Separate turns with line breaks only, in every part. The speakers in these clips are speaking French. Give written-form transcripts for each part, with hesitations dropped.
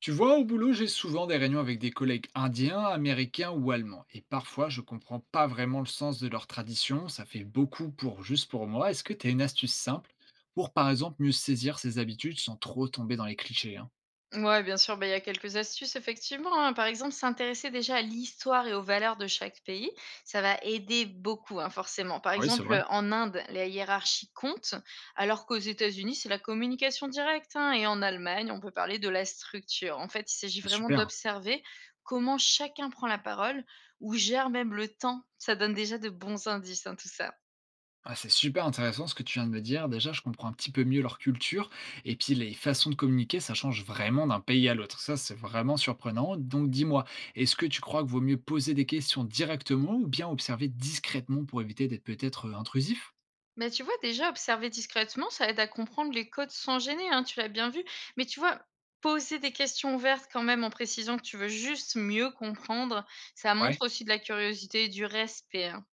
Tu vois, au boulot, j'ai souvent des réunions avec des collègues indiens, américains ou allemands. Et parfois, je comprends pas vraiment le sens de leur tradition. Ça fait beaucoup pour juste pour moi. Est-ce que tu as une astuce simple pour, par exemple, mieux saisir ses habitudes sans trop tomber dans les clichés hein?
Ouais, bien sûr, bah, il y a quelques astuces, effectivement, hein. Par exemple, s'intéresser déjà à l'histoire et aux valeurs de chaque pays, ça va aider beaucoup, hein, forcément. Par
Oui, c'est
exemple,
vrai.
en Inde, la hiérarchie compte, alors qu'aux États-Unis, c'est la communication directe, hein. Et en Allemagne, on peut parler de la structure. En fait, il s'agit
Ah,
vraiment
super.
d'observer comment chacun prend la parole ou gère même le temps. Ça donne déjà de bons indices, hein, tout ça.
Ah, c'est super intéressant ce que tu viens de me dire. Déjà, je comprends un petit peu mieux leur culture et puis les façons de communiquer, ça change vraiment d'un pays à l'autre. Ça, c'est vraiment surprenant. Donc, dis-moi, est-ce que tu crois que vaut mieux poser des questions directement ou bien observer discrètement pour éviter d'être peut-être intrusif?
Mais tu vois, déjà observer discrètement, ça aide à comprendre les codes sans gêner, hein, tu l'as bien vu. Mais tu vois, poser des questions ouvertes quand même en précisant que tu veux juste mieux comprendre, ça
Ouais.
montre aussi de la curiosité et du respect, hein.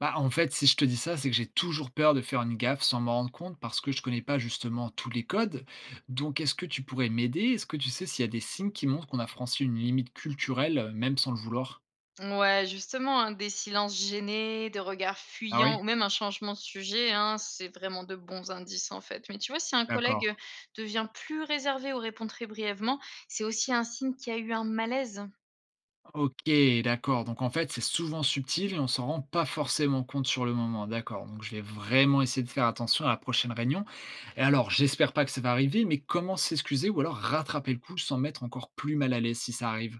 Bah, en fait, si je te dis ça, c'est que j'ai toujours peur de faire une gaffe sans m'en rendre compte parce que je connais pas justement tous les codes. Donc, est-ce que tu pourrais m'aider? Est-ce que tu sais s'il y a des signes qui montrent qu'on a franchi une limite culturelle, même sans le vouloir?
Ouais, justement, hein, des silences gênés, des regards
Ah
fuyants
oui?
ou même un changement de sujet, hein, c'est vraiment de bons indices en fait. Mais tu vois, si un
D'accord.
collègue devient plus réservé ou répond très brièvement, c'est aussi un signe qu'il y a eu un malaise.
OK, d'accord. Donc en fait, c'est souvent subtil et on s'en rend pas forcément compte sur le moment. D'accord. Donc je vais vraiment essayer de faire attention à la prochaine réunion. Et alors, j'espère pas que ça va arriver, mais comment s'excuser ou alors rattraper le coup sans mettre encore plus mal à l'aise si ça arrive?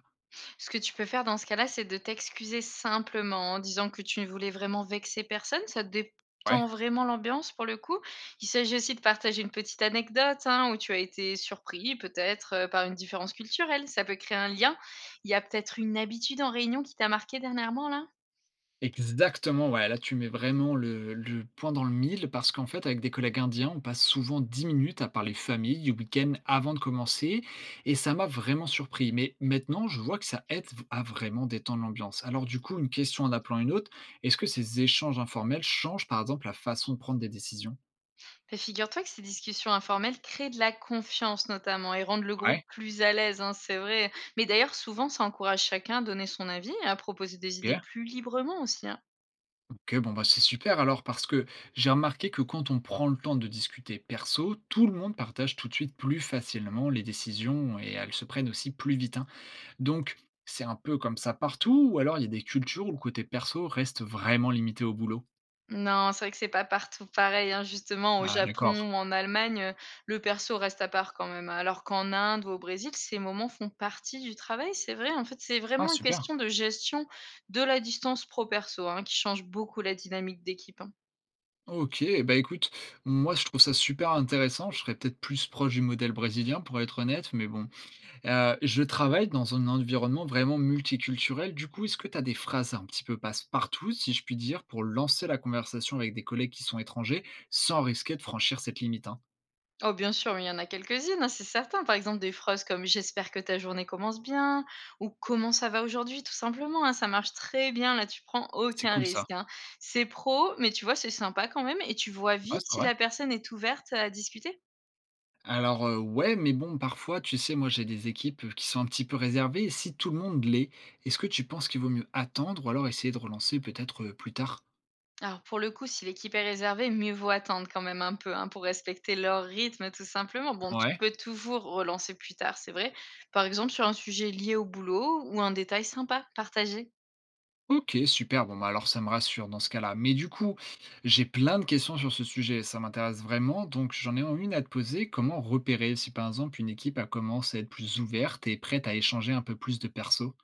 Ce que tu peux faire dans ce cas-là, c'est de t'excuser simplement en disant que tu ne voulais vraiment vexer personne. Ça détend
Ouais.
vraiment l'ambiance pour le coup. Il s'agit aussi de partager une petite anecdote, hein, où tu as été surpris peut-être par une différence culturelle. Ça peut créer un lien. Il y a peut-être une habitude en réunion qui t'a marqué dernièrement là.
Exactement, ouais, là tu mets vraiment le point dans le mille parce qu'en fait avec des collègues indiens, on passe souvent 10 minutes à parler famille du week-end avant de commencer et ça m'a vraiment surpris. Mais maintenant, je vois que ça aide à vraiment détendre l'ambiance. Alors du coup, une question en appelant une autre, est-ce que ces échanges informels changent par exemple la façon de prendre des décisions?
Ben, figure-toi que ces discussions informelles créent de la confiance notamment et rendent le groupe
Ouais.
plus à l'aise, hein, c'est vrai. Mais d'ailleurs, souvent, ça encourage chacun à donner son avis, à proposer des idées
Ok,
plus librement aussi, hein.
ok, bon bah c'est super alors parce que j'ai remarqué que quand on prend le temps de discuter perso, tout le monde partage tout de suite plus facilement les décisions et elles se prennent aussi plus vite, hein. Donc, c'est un peu comme ça partout ou alors il y a des cultures où le côté perso reste vraiment limité au boulot?
Non, c'est vrai que c'est pas partout pareil, hein. Justement, au
Ah d'accord.
Japon ou en Allemagne, le perso reste à part quand même, hein. Alors qu'en Inde ou au Brésil, ces moments font partie du travail, c'est vrai. En fait, c'est
Ah
vraiment une
super.
question de gestion de la distance pro perso, hein, qui change beaucoup la dynamique d'équipe, hein.
OK, bah écoute, moi je trouve ça super intéressant. Je serais peut-être plus proche du modèle brésilien pour être honnête, mais bon. Je travaille dans un environnement vraiment multiculturel. Du coup, est-ce que tu as des phrases un petit peu passe-partout, si je puis dire, pour lancer la conversation avec des collègues qui sont étrangers, sans risquer de franchir cette limite, hein?
Oh bien sûr, mais il y en a quelques-unes, hein, c'est certain. Par exemple, des phrases comme «J'espère que ta journée commence bien» ou «Comment ça va aujourd'hui?» tout simplement, hein, ça marche très bien, là, tu prends
C'est
aucun
cool ça.
risque, hein. C'est pro, mais tu vois, c'est sympa quand même et tu vois
Ouais,
vite
c'est
si
vrai.
la personne est ouverte à discuter.
Alors, ouais, mais bon, parfois, tu sais, moi, j'ai des équipes, qui sont un petit peu réservées et si tout le monde l'est, est-ce que tu penses qu'il vaut mieux attendre ou alors essayer de relancer peut-être, plus tard?
Alors pour le coup, si l'équipe est réservée, mieux vaut attendre quand même un peu, hein, pour respecter leur rythme tout simplement. Bon, tu
Ouais.
peux toujours relancer plus tard, c'est vrai. Par exemple, sur un sujet lié au boulot ou un détail sympa partagé.
OK, super, bon, bah, alors ça me rassure dans ce cas-là. Mais du coup, j'ai plein de questions sur ce sujet, ça m'intéresse vraiment, donc j'en ai une à te poser. Comment repérer si, par exemple, une équipe, a commencé à être plus ouverte et prête à échanger un peu plus de perso?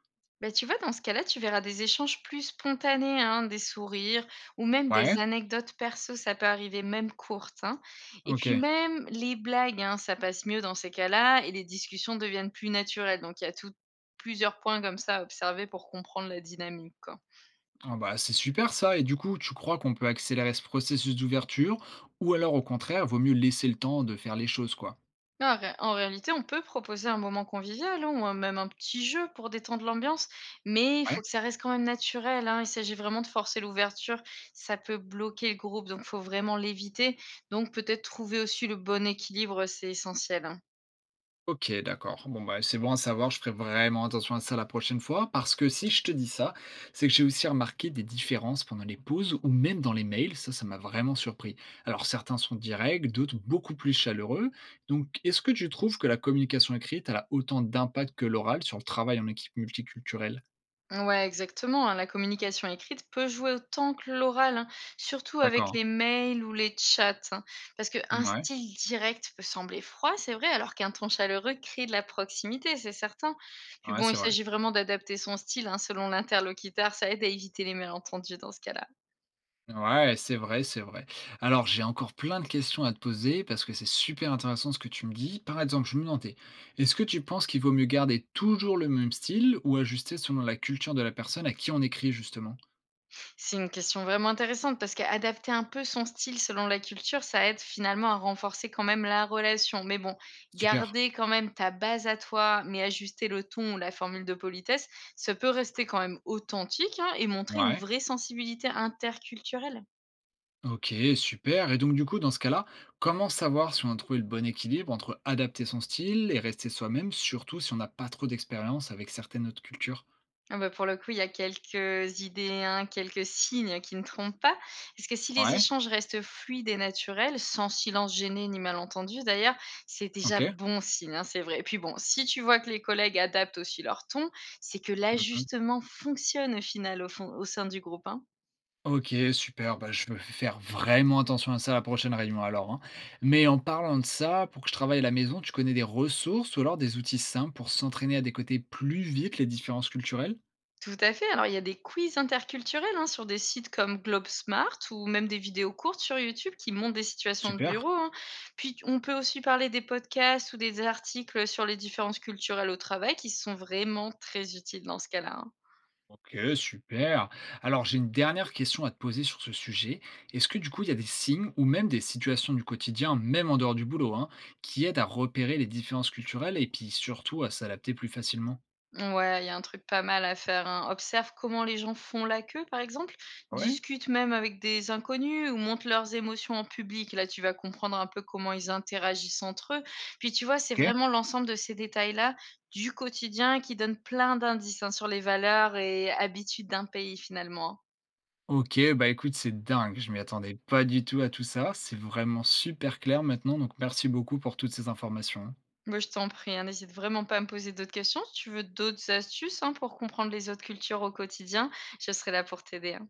Bah, tu vois, dans ce cas-là, tu verras des échanges plus spontanés, hein, des sourires ou même
Ouais,
des anecdotes perso, ça peut arriver, même courtes, hein. Et puis
OK.
même les blagues, hein, ça passe mieux dans ces cas-là et les discussions deviennent plus naturelles. Donc il y a tout, plusieurs points comme ça à observer pour comprendre la dynamique, quoi.
Ah bah, c'est super ça. Et du coup, tu crois qu'on peut accélérer ce processus d'ouverture ou alors au contraire, vaut mieux laisser le temps de faire les choses, quoi.
En réalité, on peut proposer un moment convivial, hein, même un petit jeu pour détendre l'ambiance, mais il
Ouais.
faut que ça reste quand même naturel, hein. Il s'agit vraiment de forcer l'ouverture. Ça peut bloquer le groupe, donc il faut vraiment l'éviter. Donc peut-être trouver aussi le bon équilibre, c'est essentiel, hein.
Ok, d'accord. Bon, bah, c'est bon à savoir. Je ferai vraiment attention à ça la prochaine fois parce que si je te dis ça, c'est que j'ai aussi remarqué des différences pendant les pauses ou même dans les mails. Ça m'a vraiment surpris. Alors, certains sont directs, d'autres beaucoup plus chaleureux. Donc, est-ce que tu trouves que la communication écrite elle a autant d'impact que l'oral sur le travail en équipe multiculturelle?
Ouais, exactement, hein. La communication écrite peut jouer autant que l'oral, hein, surtout avec
D'accord.
les mails ou les chats, hein. Parce qu'un
Ouais,
style direct peut sembler froid, c'est vrai, alors qu'un ton chaleureux crée de la proximité, c'est certain. Puis
ouais,
bon,
c'est
il
vrai.
s'agit vraiment d'adapter son style, hein, selon l'interlocuteur, ça aide à éviter les malentendus dans ce cas-là.
Ouais, c'est vrai, c'est vrai. Alors, j'ai encore plein de questions à te poser parce que c'est super intéressant ce que tu me dis. Par exemple, je me demandais, est-ce que tu penses qu'il vaut mieux garder toujours le même style ou ajuster selon la culture de la personne à qui on écrit justement?
C'est une question vraiment intéressante parce qu'adapter un peu son style selon la culture, ça aide finalement à renforcer quand même la relation. Mais bon,
Super.
garder quand même ta base à toi, mais ajuster le ton ou la formule de politesse, ça peut rester quand même authentique, hein, et montrer une
Ouais.
vraie sensibilité interculturelle.
Ok, super. Et donc, du coup, dans ce cas-là, comment savoir si on a trouvé le bon équilibre entre adapter son style et rester soi-même, surtout si on n'a pas trop d'expérience avec certaines autres cultures?
Ah bah, pour le coup, il y a quelques idées, hein, quelques signes qui ne trompent pas. Est-ce que si les
Ouais.
échanges restent fluides et naturels, sans silence gêné ni malentendu d'ailleurs, c'est
Ok.
déjà bon signe, hein, c'est vrai. Et puis bon, si tu vois que les collègues adaptent aussi leur ton, c'est que l'ajustement fonctionne au final au, fond- au sein du groupe, hein.
OK, super, bah, je vais faire vraiment attention à ça à la prochaine réunion alors, hein. Mais en parlant de ça, pour que je travaille à la maison, tu connais des ressources ou alors des outils simples pour s'entraîner à décoter plus vite les différences culturelles?
Tout à fait. Alors, il y a des quiz interculturels, hein, sur des sites comme GlobeSmart ou même des vidéos courtes sur YouTube qui montrent des situations de
Super.
bureau, hein. Puis, on peut aussi parler des podcasts ou des articles sur les différences culturelles au travail qui sont vraiment très utiles dans ce cas-là, hein.
OK, super. Alors, j'ai une dernière question à te poser sur ce sujet. Est-ce que du coup, il y a des signes ou même des situations du quotidien, même en dehors du boulot, hein, qui aident à repérer les différences culturelles et puis surtout à s'adapter plus facilement?
Ouais, il y a un truc pas mal à faire, hein. Observe comment les gens font la queue, par exemple.
Ouais,
Discute même avec des inconnus ou montre leurs émotions en public. Là, tu vas comprendre un peu comment ils interagissent entre eux. Puis, tu vois, c'est
OK.
vraiment l'ensemble de ces détails-là du quotidien qui donne plein d'indices, hein, sur les valeurs et habitudes d'un pays, finalement, hein.
OK, bah, écoute, c'est dingue, je m'y attendais pas du tout à tout ça. C'est vraiment super clair maintenant, donc merci beaucoup pour toutes ces informations.
Moi, je t'en prie, hein, n'hésite vraiment pas à me poser d'autres questions. Si tu veux d'autres astuces, hein, pour comprendre les autres cultures au quotidien, je serai là pour t'aider, hein.